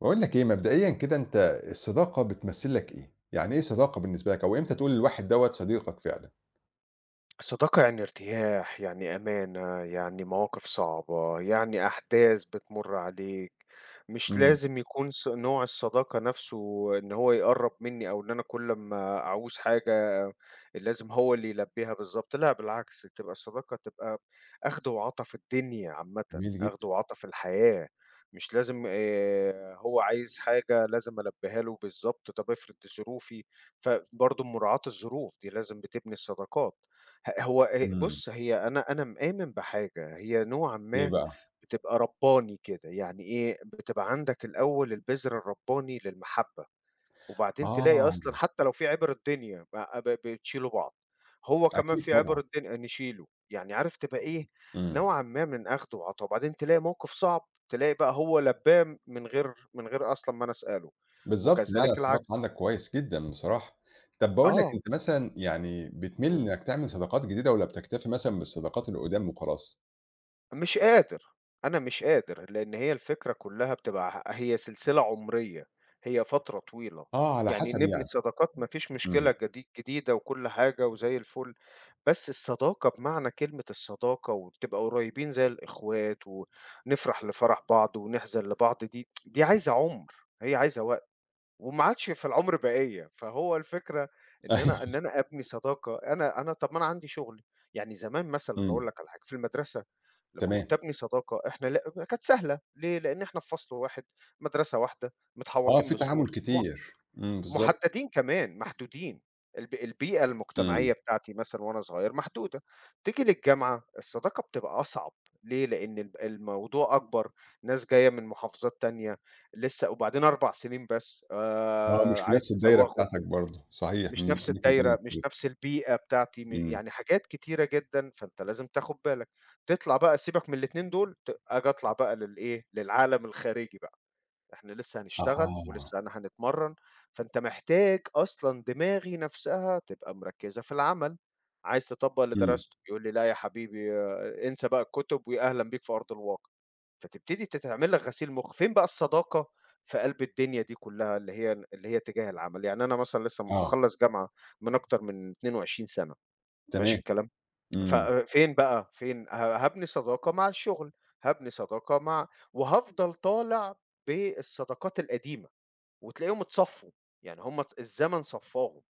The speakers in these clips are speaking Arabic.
باقول لك إيه، مبدئيًا كده أنت الصداقة بتمثّل لك إيه؟ يعني إيه صداقة بالنسبة لك أو إمتى تقول للواحد دوّة صديقك فعلًا؟ الصداقة يعني ارتياح، يعني أمانة، يعني مواقف صعبة، يعني أحداث بتمُر عليك، مش إمم، لازم يكون نوع الصداقة نَفْسه، إن هو يقرّب منّي أو إن أنا كل أمّا أعوز حاجة لازم هو اللي يلبّيها بالضبط، لأ بالعكس، تبقى الصداقة تبقى أخْد وعَطا في الدنيا عامةً، جميل أخْد جدًا، وعَطا في الحياة، مش لازم هو عايز حاجة لازم ألبّيها له بالضبط، طَب افرض ظروفي، فبرضه مراعاة الظروف دي لازم بتبني الصداقات. هو إمم، بُص، هي أنا مآمن بحاجة، هي نوعًا إيه ما بقى؟ بتبقى ربّاني كده، يعني إيه، بتبقى عندك الأول البذر الربّاني للمحبة، وبعدين تلاقي آه، أصلًا حتى لو في عِبَر الدنيا ب ب بتشيلوا بعض، هو كمان أكيد في عِبَر طبعًا، الدنيا نشيله، يعني عارف تبقى إيه، إمم، نوعًا ما من أخْد وعَطا، وبعدين تلاقي موقِف صعب، تلاقي بقى هو لبّاه من غير أصلًا ما أنا أسأله، بالضبط، معنى وكذلك الصداقة العكس. عندك كويس جدًا بصراحة. طب باقول لك آه، أنت مثلًا يعني بتميل إمم. إنك تعمل صداقات جديدة والّا بتكتفي مثلًا بالصداقات القدام وخلاص؟ مش قادر، أنا مش قادر، لإن هي الفكرة كلّها بتبقى هي سلسلة عمرية، هي فترة طويلة، آه، على يعني حسب نبني يعني، صداقات ما فيش مشكلة إمم، جديدة وكل حاجة وزي الفل، بس الصداقة بمعنى كلمة الصداقة وتبقى قريبين زي الإخوات ونفرح لفرح بعض ونحزن لبعض دي عايزة عُمر، هي عايزة وقت. وما عادش في العمر بقية، فهو الفكرة إن أنا إن أيوه، أنا أبني صداقة، أنا طَب ما أنا عندي شغل، يعني زمان مثلًا أقول إمم، لك على حاجة، في المدرسة لمّا تمام، كنت أبني صداقة إحنا ل كانت سهلة، ليه؟ لإن إحنا في فصل واحد، مدرسة واحدة، آه، متحوطين في تعامل بسور، كتير، إمم، بالضبط، مُحدّدين كمان، محدودين، البيئة إمم. المجتمعية بتاعتي مثلًا وأنا صغير محدودة، تيجي للجامعة الصداقة بتبقى أصعب، ليه؟ لإن الموضوع أكبر، ناس جاية من محافظات تانية لسه وبعدين 4 سنين بس، آه، مش في عايز نفس الدايرة تزوّغهم، بتاعتك برضه، صحيح، مش إمم، نفس أماكن تانية الدايرة، مش مختلفة، نفس البيئة بتاعتي، إمم، يعني حاجات كتيرة جدًا، فأنت لازم تاخد بالك، تطلع بقى سيبك من الاتنين دول، آجي أطلع بقى للإيه، للعالم الخارجي بقى. إحنا لسه هنشتغل، أها، ولسه أنا هنتمرّن، فأنت محتاج أصلًا دماغي نفسها تبقى مركّزة في العمل، عايز تطبّق اللي إمم، درسته، يقول لي: "لأ يا حبيبي آه، انسى بقى الكُتب وأهلًا بيك في أرض الواقع." فتبتدي تتعمل لك غسيل مُخ، فين بقى الصداقة في قلب الدنيا دي كلّها اللي هي تجاه العمل؟ يعني أنا مثلًا لسه آه، مخلّص جامعة من أكتر من 22 سَنة، ماشي تمام، الكلام؟ إمم، ففين بقى، فين هابني صداقة مع الشغل، هابني صداقة وهافضل طالع بالصداقات القديمة، وتلاقيهم اتصفّوا، يعني هم الزمن صفّاهم.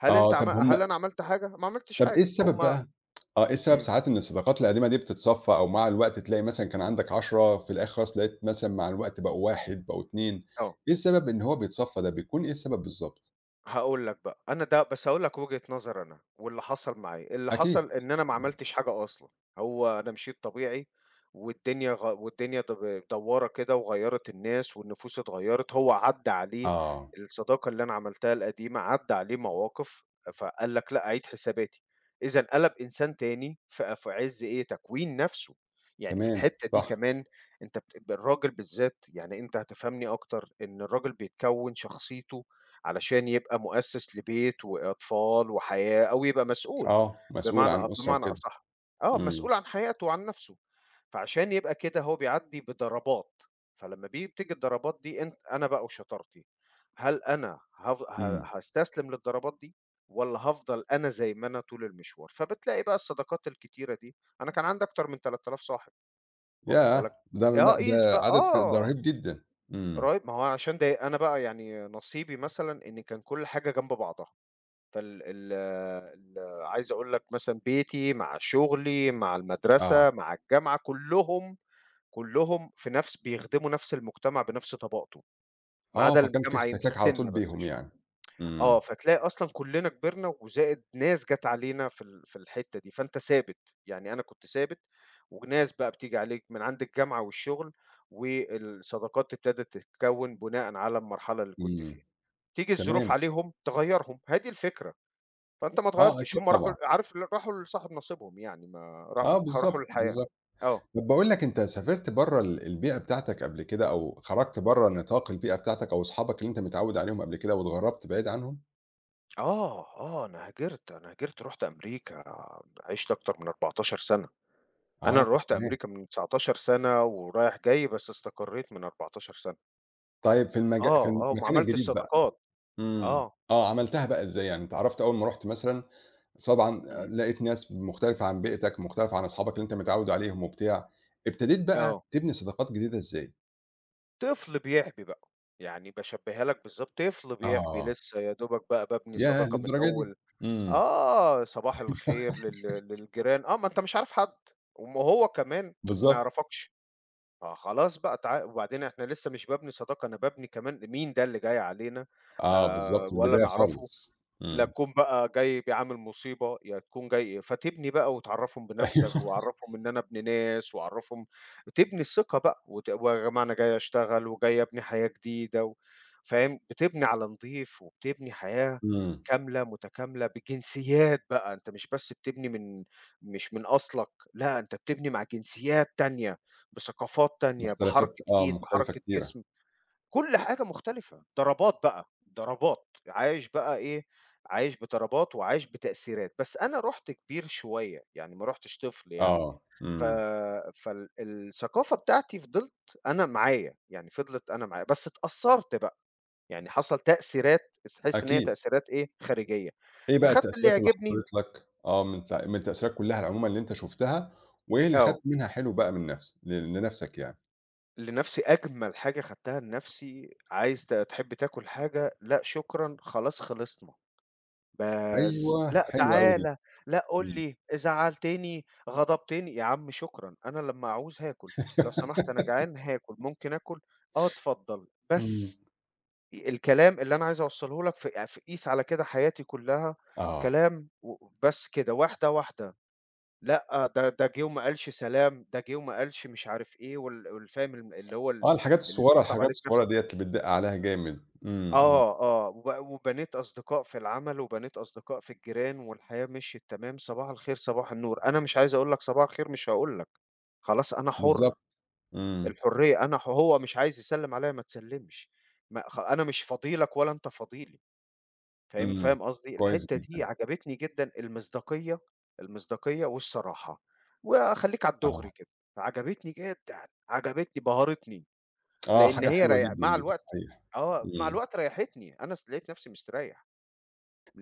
هل آه، أنت عم هل أنا عملت حاجة؟ ما عملتش طب إيه حاجة، السبب بقى؟ آه، إيه السبب إمم، ساعات إن الصداقات القديمة دي بتتصفّى أو مع الوقت تلاقي مثلًا كان عندك 10 في الآخر خالص لقيت مثلًا مع الوقت بقوا 1 بقوا 2 آه. إيه السبب إن هو بيتصفّى ده، بيكون إيه السبب بالضبط؟ هاقول لك بقى، أنا ده بس هاقول لك وجهة نظر أنا واللي حصل معايا، اللي أكيد، حصل إن أنا ما عملتش حاجة أصلًا، هو أنا مشيت طبيعي والدنيا دوّارة كده وغيّرت الناس والنفوس اتغيّرت، هو عدّى عليه آه، الصداقة اللي أنا عملتها القديمة، عدّى عليه مواقف فقال لك لأ أعيد حساباتي، إذًا قَلَب إنسان تاني في عِز إيه، تكوين نَفْسه، يعني في تمام، الحتّة دي صح، كمان أنت الراجل بالذات، يعني أنت هتفهمني أكتر إن الراجل بيتكوّن شخصيته علشان يبقى مؤسِّس لبيت وأطفال وحياة أو يبقى مسؤول، آه، مسؤول عن بمعنى أسرة بمعنى وكده، أصح. آه، إمم، مسؤول عن حياته وعن نَفْسه، فعشان يبقى كده هو بيعدّي بضربات، فلمّا بتيجي الضربات دي أنا بقى وشطارتي، هل أنا هاف ه إمم، هاستسلم للضربات دي والّا هافضل أنا زي ما أنا طول المشوار؟ فبتلاقي بقى الصداقات الكتيرة دي، أنا كان عندي أكتر من 3,000 صاحب، واخد ياه! بالك؟ ده آه، لأ، ده قيس بقى عدد ك ده آه. رهيب جدًا، إمم، رايب ما هو عشان ده أنا بقى يعني نصيبي مثلًا إن كان كل حاجة جنب بعضها، فال ال ال عايز أقول لك مثلًا بيتي مع شغلي مع آه. المدرسة مع الجامعة كلّهم، كلّهم في نفس بيخدموا نفس المجتمع بنفس طبقته، ما آه، عدا فكان في الجامعة يمكن احتكاك على طول سِنّة بس، بيهم يعني. إمم، آه، فتلاقي أصلًا كُلّنا كبرنا وزائد ناس جات علينا في الحتّة دي، فأنت ثابت، يعني أنا كنت ثابت وناس بقى بتيجي عليك من عند الجامعة والشغل، والصداقات ابتدت تتكوّن بناءً على المرحلة اللي كنت إمم، فيها، تيجي الظروف تمام. عليهم تغيّرهم، هي دي الفكرة، فأنت ما آه، اتغيّرتش، أكيد هم راحوا، طبعًا. عارف ل راحوا لصاحب نصيبهم، يعني ما راح آه، راحوا بالضبط، للحياة. بالضبط. آه، طب باقول لك أنت سافرت برّه البيئة بتاعتك قبل كده أو خرجت برّه نطاق البيئة بتاعتك أو أصحابك اللي أنت متعوّد عليهم قبل كده واتغرّبت بعيد عنهم؟ آه، آه، أنا هاجرت، رُحت أمريكا، عِشت أكتر من 14 سَنة. أنا آه، طب رُحت تمام. أمريكا من 19 سَنة ورايح جاي، بس استقريت من 14 سَنة. طيب في آه، آه، المكان وعملت الجديد بقى الصداقات، إمم. آه، آه، عملتها بقى إزاي يعني؟ أنت عرفت أول ما رُحت مثلًا طبعًا إمم، لقيت ناس مختلفة عن بيئتك، مختلفة عن أصحابك اللي أنت متعوّد عليهم وبتاع، ابتديت بقى آه. تبني صداقات جديدة إزاي؟ طفل بيحبي بقى، يعني باشبّيها لك بالضبط، طفل بيحبي آه. لسه يا دوبك بقى بابني ياه! صداقة من للدرجة دي! أول. إمم، آه، صباح الخير للجيران، آه، ما أنت مش عارف حد، وهو كمان ما بالضبط، يعرفكش، فخلاص بقى، وبعدين إحنا لسه مش بابني صداقة، أنا بابني كمان مين ده اللي جاي علينا، آه بالضبط، من ولا البداية نعرفه، خالص، لا إمم، تكون بقى جاي عامل مصيبة، يا تكون جاي إيه. فتبني بقى وتعرّفهم بنَفْسك، أيوه، وعرّفهم إن أنا ابن ناس، وعرّفهم، تبني الثقة بقى، ويا جماعة أنا جاي أشتغل، وجاي أبني حياة جديدة فاهم، بتبني على نضيف، وبتبني حياة إمم، كاملة متكاملة بجنسيات بقى، أنت مش بس بتبني مش من أصلك، لأ أنت بتبني مع جنسيات تانية، بثقافات تانية، مختلفات بحركة آه، إيد، مختلفة بحركة كتيرة، جسم. كل حاجة مختلفة، ضربات بقى، ضربات، عايش بقى إيه، عايش بضربات وعايش بتأثيرات، بس أنا رُحت كبير شوية، يعني ما رُحتش طفل يعني، آه، ف إمم، فال الثقافة بتاعتي فضلت أنا معايا، يعني فضلت أنا معايا، بس اتأثّرت بقى، يعني حصل تأثيرات، بس تحس إن هي أكيد، تأثيرات إيه، خارجية، إيه بقى أخدت اللي التأثيرات اللي يعجبني حصلت لك؟ آه، من التأثيرات كلها عمومًا اللي أنت شُفتها، وإيه اللي آه، خدت منها حلو بقى من نفس ل لنفسك يعني؟ لنفسي أجمل حاجة خدتها لنفسي، عايز تحب تاكل حاجة، لأ شكرًا، خلاص خلصنا. بس أيوه، لأ حلوة أوي دي، تعالَ، لأ قُل إمم، لي، زعّلتني، غضبتني، يا عم شكرًا، أنا لمّا أعوز هاكل، لو إمم. سمحت أنا جعان هاكل، ممكن آكل؟ آه اتفضّل، بس الكلام اللي أنا عايز أوصّله لك، ف ف قيس على كده حياتي كلّها آه، كلام بس كده، واحدة، واحدة، لأ ده جِه وما قالش سلام، ده جِه وما قالش مش عارف إيه والفاهم اللي هو آه، الحاجات اللي الصغيرة بتصعب الحاجات عليك نَفْس، الصغيرة ديّة اللي بتدِّق عليها جامد، إمم، إمم. آه، آه، وبنيت أصدقاء في العمل، وبنيت أصدقاء في الجيران، والحياة مشيت تمام، صباح الخير، صباح النور، أنا مش عايز أقول لك صباح الخير مش هاقول لك، خلاص أنا حُر، بالضبط، إمم، الحرية، أنا ح هو مش عايز يسلِّم عليَّ ما تسلِّمش، ما خ أنا مش فاضي لك ولا أنت فاضي لي، فاهم إمم، فاهم قصدي؟ كويس الحتّة دي جدًا، عجبتني جدًا، المصداقية والصراحة، وخلّيك على آه. الدُغري كده، عجبتني جدًا، عجبتني بهرتني. آه، لإن حاجة هي حلوة جدًا مع دي، الوقت صحيح. آه، مع إمم. الوقت ريّحتني، أنا س لقيت نفسي مستريّح،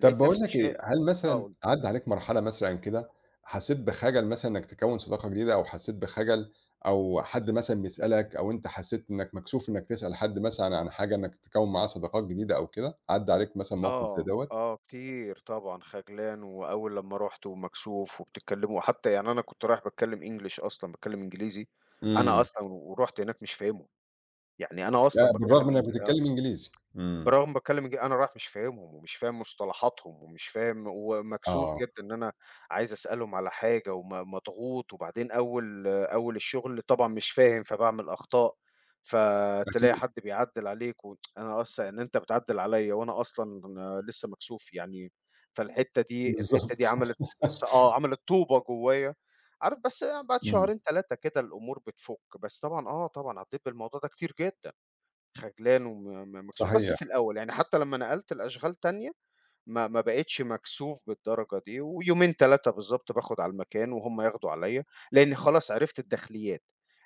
طب باقول نفسي لك إيه، هل آه، مثلًا قُل. عدّى عليك مرحلة مثلًا كده حسّيت بخَجَل مثلًا إنّك تكوّن صداقة جديدة أو حسّيت بخَجَل أو حد مثلًا بيسألك أو أنت حسّيت إنّك مكسوف إنّك تسأل حد مثلًا عن حاجة إنّك تكوّن معاه صداقات جديدة أو كده؟ عدّى عليك مثلًا موقف زي آه، دوّة؟ آه كتير طبعًا، خجلان وأول لمّا رُحت ومكسوف وبتتكلموا حتى، يعني أنا كنت رايح باتكلم English أصلًا، باتكلم إنجليزي، أنا إمم. أصلًا ورُحت هناك مش فاهمهم، يعني أنا أصلًا لأ، بالرغم باتكلم إنّك إنج بتتكلّم إنجليزي. إمم. برغم باتكلّم إنج، أنا رايح مش فاهمهم، ومش فاهم مصطلحاتهم، ومش فاهم ومكسوف آه، جدًا إن أنا عايز أسألهم على حاجة، مضغوط، وبعدين أول، الشغل طبعًا مش فاهم، فباعمل أخطاء، أكيد، فتلاقي حد بيعدّل عليك، و أنا أص يعني أنت بتعدّل عليَّ وأنا أصلًا لسه مكسوف يعني، فالحتّة دي الحتّة بالضبط. دي عملت، آه، عملت طوبة جوّايا، عارف بس بعد إمم. شهرين 3 كده الأمور بتفُك، بس طبعًا آه، طبعًا عدّيت بالموضوع ده كتير جدًا. خجلان وم م مكسوف بس صحيح. في الأول، يعني حتى لمّا نقلت لأشغال تانية ما بقيتش مكسوف بالدرجة دي، ويومين 3 بالضبط باخد على المكان وهُم ياخدوا عليّا، لإن خلاص عرفت الداخليات،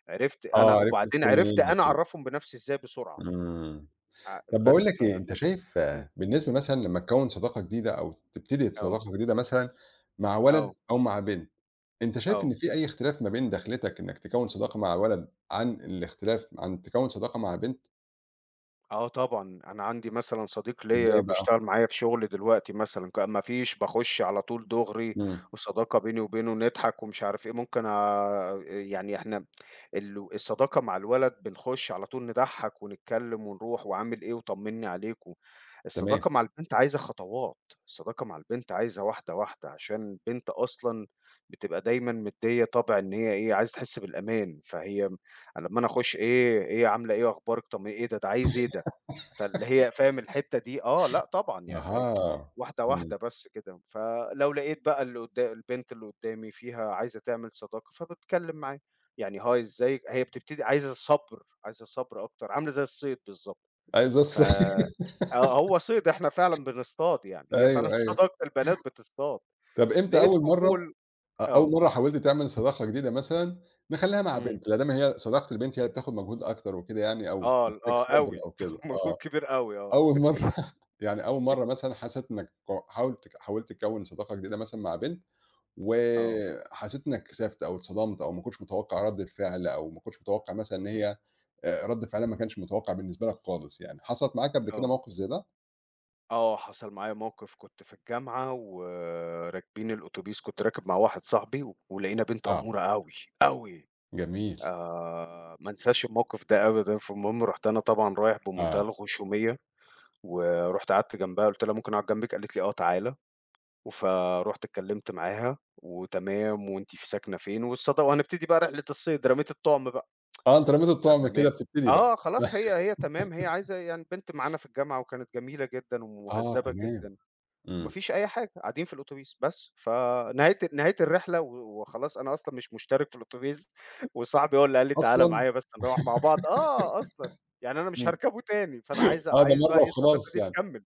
عرفت أنا، آه، عرفت وبعدين تدخُل عرفت منين أنا وكده. أعرّفهم بنفسي إزاي بسرعة، إمم. ع طب باقول بس لك إيه، أنت فكان، شايف إمم، آه، بالنسبة مثلًا لمّا تكوّن صداقة جديدة أو تبتدي آه، صداقة جديدة مثلًا مع ولد آه، أو مع بنت، أنت شايف آه، إن في أي اختلاف ما بين دخلتك إنك تكوّن صداقة مع ولد عن الاختلاف عن تكوّن صداقة مع بنت؟ آه طبعًا، أنا عندي مثلًا صديق ليّا إزاي بقى؟ بيشتغل معايا في شغل دلوقتي مثلًا، ما فيش باخش على طول دغري، إمم، وصداقة بيني وبينه نضحك ومش عارف إيه، ممكن يعني إحنا، الصداقة مع الولد بنخش على طول نضحّك ونتكلّم ونروح وعامل إيه وطمّني عليك و، تمام، الصداقة مع البنت عايزة خطوات، الصداقة مع البنت عايزة واحدة، واحدة، عشان البنت أصلًا بتبقى دايمًا مدّية طَبع إن هي إيه، عايزة تحس بالأمان، فهي لمّا أنا أخُش إيه، إيه عاملة إيه، أخبارِك، إيه ده، ده عايز إيه ده؟ فاللي هي فاهم الحتّة دي آه، لأ طبعًا يعني، أها، واحدة، إمم، واحدة بس كده، فلو لقيت بقى اللي البنت اللي قدّامي فيها عايزة تعمل صداقة، فباتكلّم معاها، يعني هاي إزيك، هي بتبتدي عايزة صبر، عايزة صبر أكتر، عاملة زي الصيد بالضبط، أيوه زي ف الص آه، هو صيد، إحنا فعلًا بنصطاد يعني، هي فعلًا أيوه، أيوه، صداقة البنات بتصطاد، طب إمتى لقيت أول مرّة قبول أول آه، مرّة حاولت تعمل صداقة جديدة مثلًا نخلّيها مع إمم، بنت، لا دام هي صداقة البنت هي اللي بتاخد مجهود أكتر وكده يعني أو آه، بتحتاج آه صبر أوي، أو كده، مجهود آه. كبير أوي آه، أول مرّة يعني أول مرّة مثلًا حسّيت إنّك ك حاولت ك حاولت تكوّن صداقة جديدة مثلًا مع بنت، آه، وحسّيت إنّك كسفت أو اتصدمت أو ما كنتش متوقّع رَدّة فعل أو ما كنتش متوقّع مثلًا إن إمم، هي رَدّ فعلها ما كانش متوقّع بالنسبة لك خالص يعني، حصلت معاك قبل كده آه. موقف زي ده؟ آه، حصل معايا موقف كنت في الجامعة وراكبين الأوتوبيس، كنت راكب مع واحد صاحبي و ولقينا بنت آه، أمورة أوي، أوي، جميل، ما انساش الموقف ده أبدًا، فالمهم رُحت أنا طبعًا رايح بمنتهى آه، الخشومية ورُحت قعدت جنبها قُلت لها: "ممكن أقعد جنبِك؟" قالت لي: "آه، تعالَ." فرُحت اتكلمت معاها وتمام وأنتِ في ساكنة فين، وهنبتدي بقى رحلة الصيد، رميت الطعم بقى، آه أنت رميت الطعم فتما كده بتبتدي بقى. آه، خلاص هي تمام، هي عايزة، يعني بنت معانا في الجامعة وكانت جميلة جدًا آه ومهذبة تمام، جدًا. ما إمم، فيش أي حاجة، قاعدين في الأوتوبيس بس، فنهاية الرحلة، و وخلاص أنا أصلًا مش مشترك في الأوتوبيس وصاحبي هو اللي قال لي تعالَ أصلًا! معايا بس نروّح مع بعض آه، أصلًا، يعني أنا مش إمم، هاركبه تاني، فأنا عايز، آه ده بقى مرّة إيه الصداقة وخلاص دي يعني، تكمّل،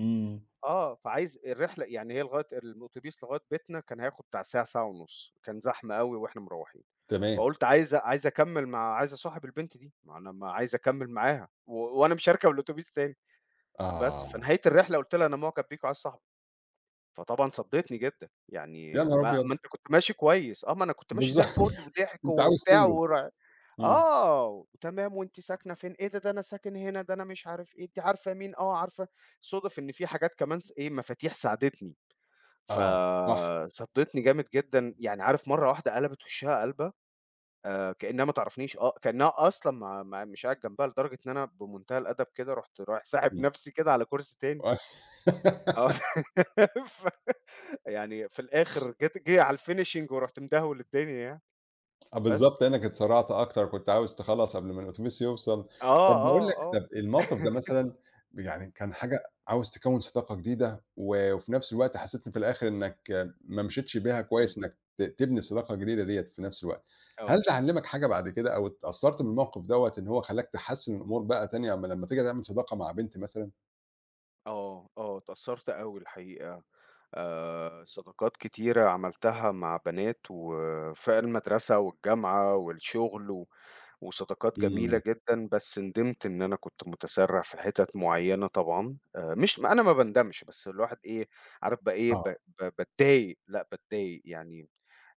إمم، آه، فعايز الرحلة، يعني هي لغاية الأوتوبيس لغاية بيتنا كان هياخد بتاع ساعة، ساعة ونُص، كان زحمة أوي وإحنا مروّحين، تمام، فقُلت عايز، أكمّل عايز أصاحب البنت دي، ما أنا ما عايز أكمّل معاها، و وأنا مش هاركب الأوتوبيس تاني، بس، آه، فنهاية الرحلة قُلت لها أنا مُعجب بيكِ وعايز صاحبِك. فطبعًا صدّيتني جدًا، يا يعني نهار ما أبيض! أنت كنت ماشي كويس، آه، ما أنا كنت ماشي زي بالضبط الفل وضحك أنت عاوز وبتاع، تنجز، إمم. آه، وتمام وأنتِ ساكنة فين؟ إيه ده، ده أنا ساكن هنا، ده أنا مش عارف إيه، أنتِ عارفة مين؟ آه، عارفة. صُدف إن في حاجات كمان، إيه، مفاتيح ساعدتني، آه، صح، فصدّتني جامد جدًا، يعني عارف مرّة واحدة قلبت وشّها قلبة، كإنها ما تعرفنيش، آه، كإنها أصلًا، ما ما مش قاعد جنبها، لدرجة إن أنا بمنتهى الأدب كده رُحت رايح ساحب إمم. نفسي كده على كرسي تاني، آه، ف يعني في الآخر، جه على الfinishing ورُحت مدهول الدنيا يعني، و آه بس. بالضبط، لإنك اتسرّعت أكتر، كنت عاوز تخلّص قبل ما الأتوبيس يوصل. آه، طَب باقول لك، آه، آه. طَب الموقف ده مثلًا يعني كان حاجة عاوز تكوّن صداقة جديدة و وفي نفس الوقت حسّيت إن في الآخر إنك ما مشيتش بيها إمم. كويس إنك تبني الصداقة الجديدة ديّة في نفس الوقت. هل آه، ده علّمك حاجة بعد كده أو اتأثّرت بالموقف دوّة إن هو خلّاك تحسّن الأمور بقى تاني أمّا لمّا تيجي تعمل صداقة مع بنت مثلًا؟ آه، آه، اتأثّرت أوي الحقيقة، صداقات كتيرة عملتها مع بنات وفي المدرسة والجامعة والشغل، و وصداقات جميلة إمم، جدًا، بس ندمت إن أنا كنت متسرّع في حِتت معيّنة طبعًا، مش، ما أنا ما باندمش، بس الواحد إيه، عارف بقى إيه، آه، ب ب باتضايق، لأ باتضايق يعني،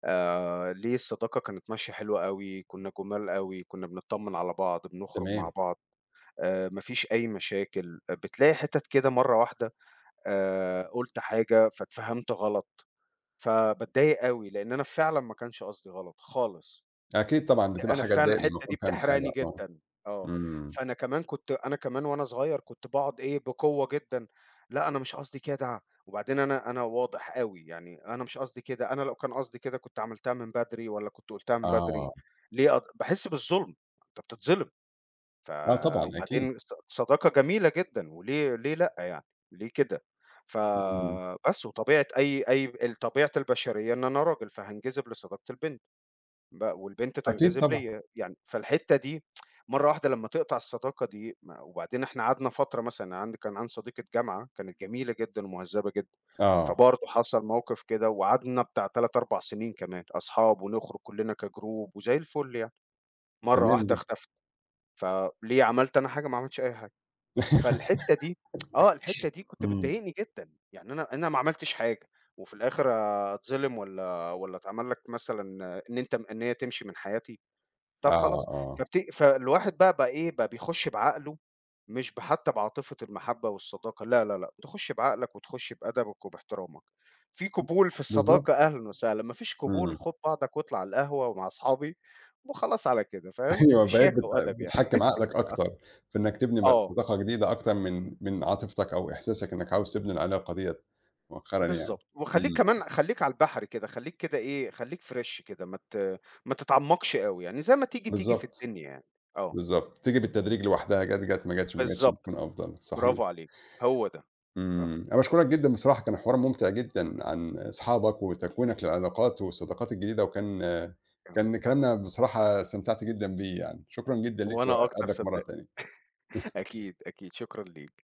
ليه الصداقة كانت ماشية حلوة أوي، كُنّا جُمال أوي، كُنّا بنتطمّن على بعض، بنخرج مع تمام. بعض، ما فيش أي مشاكل، بتلاقي حِتَت كده مرّة واحدة، قُلت حاجة فاتفهَمت غلط، فباتضايق أوي، لإن أنا فعلًا ما كانش قصدي غلط خالص. أكيد طبعًا بتبقى أنا حاجة فعلًا تضايق لمّا الحتّة تكون دي فاهم حاجة، بتحرقني آه. جدًا، آه، إمم. فأنا كمان كنت أنا كمان وأنا صغير كنت باقعد إيه بقوة جدًا، لأ أنا مش قصدي كده، وبعدين أنا واضح أوي، يعني أنا مش قصدي كده، أنا لو كان قصدي كده كنت عملتها من بدري والّا كنت قُلتها من بدري، آه، ليه باحس بالظلم، أنت بتتظلم، ف آه طبعًا أكيد، وبعدين الصداقة جميلة جدًا، وليه لأ يعني، ليه كده؟ إمم، فبس، وطبيعة أي أي ال طبيعة البشرية إن أنا راجل، فهانجذب لصداقة البنت. والبنت أكيد تنجذب طبعًا، ليّا، يعني فالحتّة دي مرّة واحدة لمّا تقطع الصداقة دي، ما وبعدين إحنا قعدنا فترة مثلًا، كان عندي صديقة جامعة كانت جميلة جدًا ومهذّبة جدًا، آه، فبرضه حصل موقف كده وقعدنا بتاع 3، 4 سنين كمان أصحاب ونخرج كلّنا كجروب وزي الفل يعني، مرّة تمام واحدة جدًا، اختفت، فليه عملت أنا حاجة؟ ما عملتش أي حاجة، فالحتّة دي آه، الحتّة دي كنت إمم، بتضايقني جدًا، يعني أنا ما عملتش حاجة، وفي الآخر أتظلم والّا، أتعمل لك مثلًا، إن هي تمشي من حياتي؟ طب آه، خلاص، آه، فالواحد بقى، إيه، بقى بيخش بعقله، مش حتى بعاطفة المحبة والصداقة، لا، لا، لأ، تخش بعقلك وتخش بأدبك وباحترامك. في قبول في بالضبط، الصداقة أهلًا وسهلًا، ما فيش قبول، إمم، خُد بعضك واطلع على القهوة ومع أصحابي وخلاص على كده فاهم، أيوه بقيت بشياكة بت وأدب بتحكّم يعني. عقلك أكتر في إنك تبني بقى آه، صداقة جديدة أكتر من عاطفتك أو إحساسك إنك عاوز تبني العلاقة ديّة مؤخرًا يعني، بالضبط، وخلّيك إمم، كمان، خلّيك على البحر كده، خلّيك كده إيه، خلّيك فريش كده، ما تتعمقش أوي يعني، زي ما تيجي، تيجي في بالضبط، الدنيا يعني. آه، بالضبط، تيجي بالتدريج لوحدها جات، جات ما جاتش، ما جاتش بالضبط، بتكون أفضل، صحيح. برافو عليك، هو ده، آه، إمم، أنا باشكرك جدًا بصراحة، كان حوار ممتع جدًا عن أصحابك وتكوينك للعلاقات والصداقات الجديدة، وكان آه، كان كلامنا بصراحة استمتعت جدًا بيه يعني، شكرًا جدًا ليك وأنا أكتر وأقابلك مرة صدقني. تانية. أكيد، أكيد، شكرًا ليك.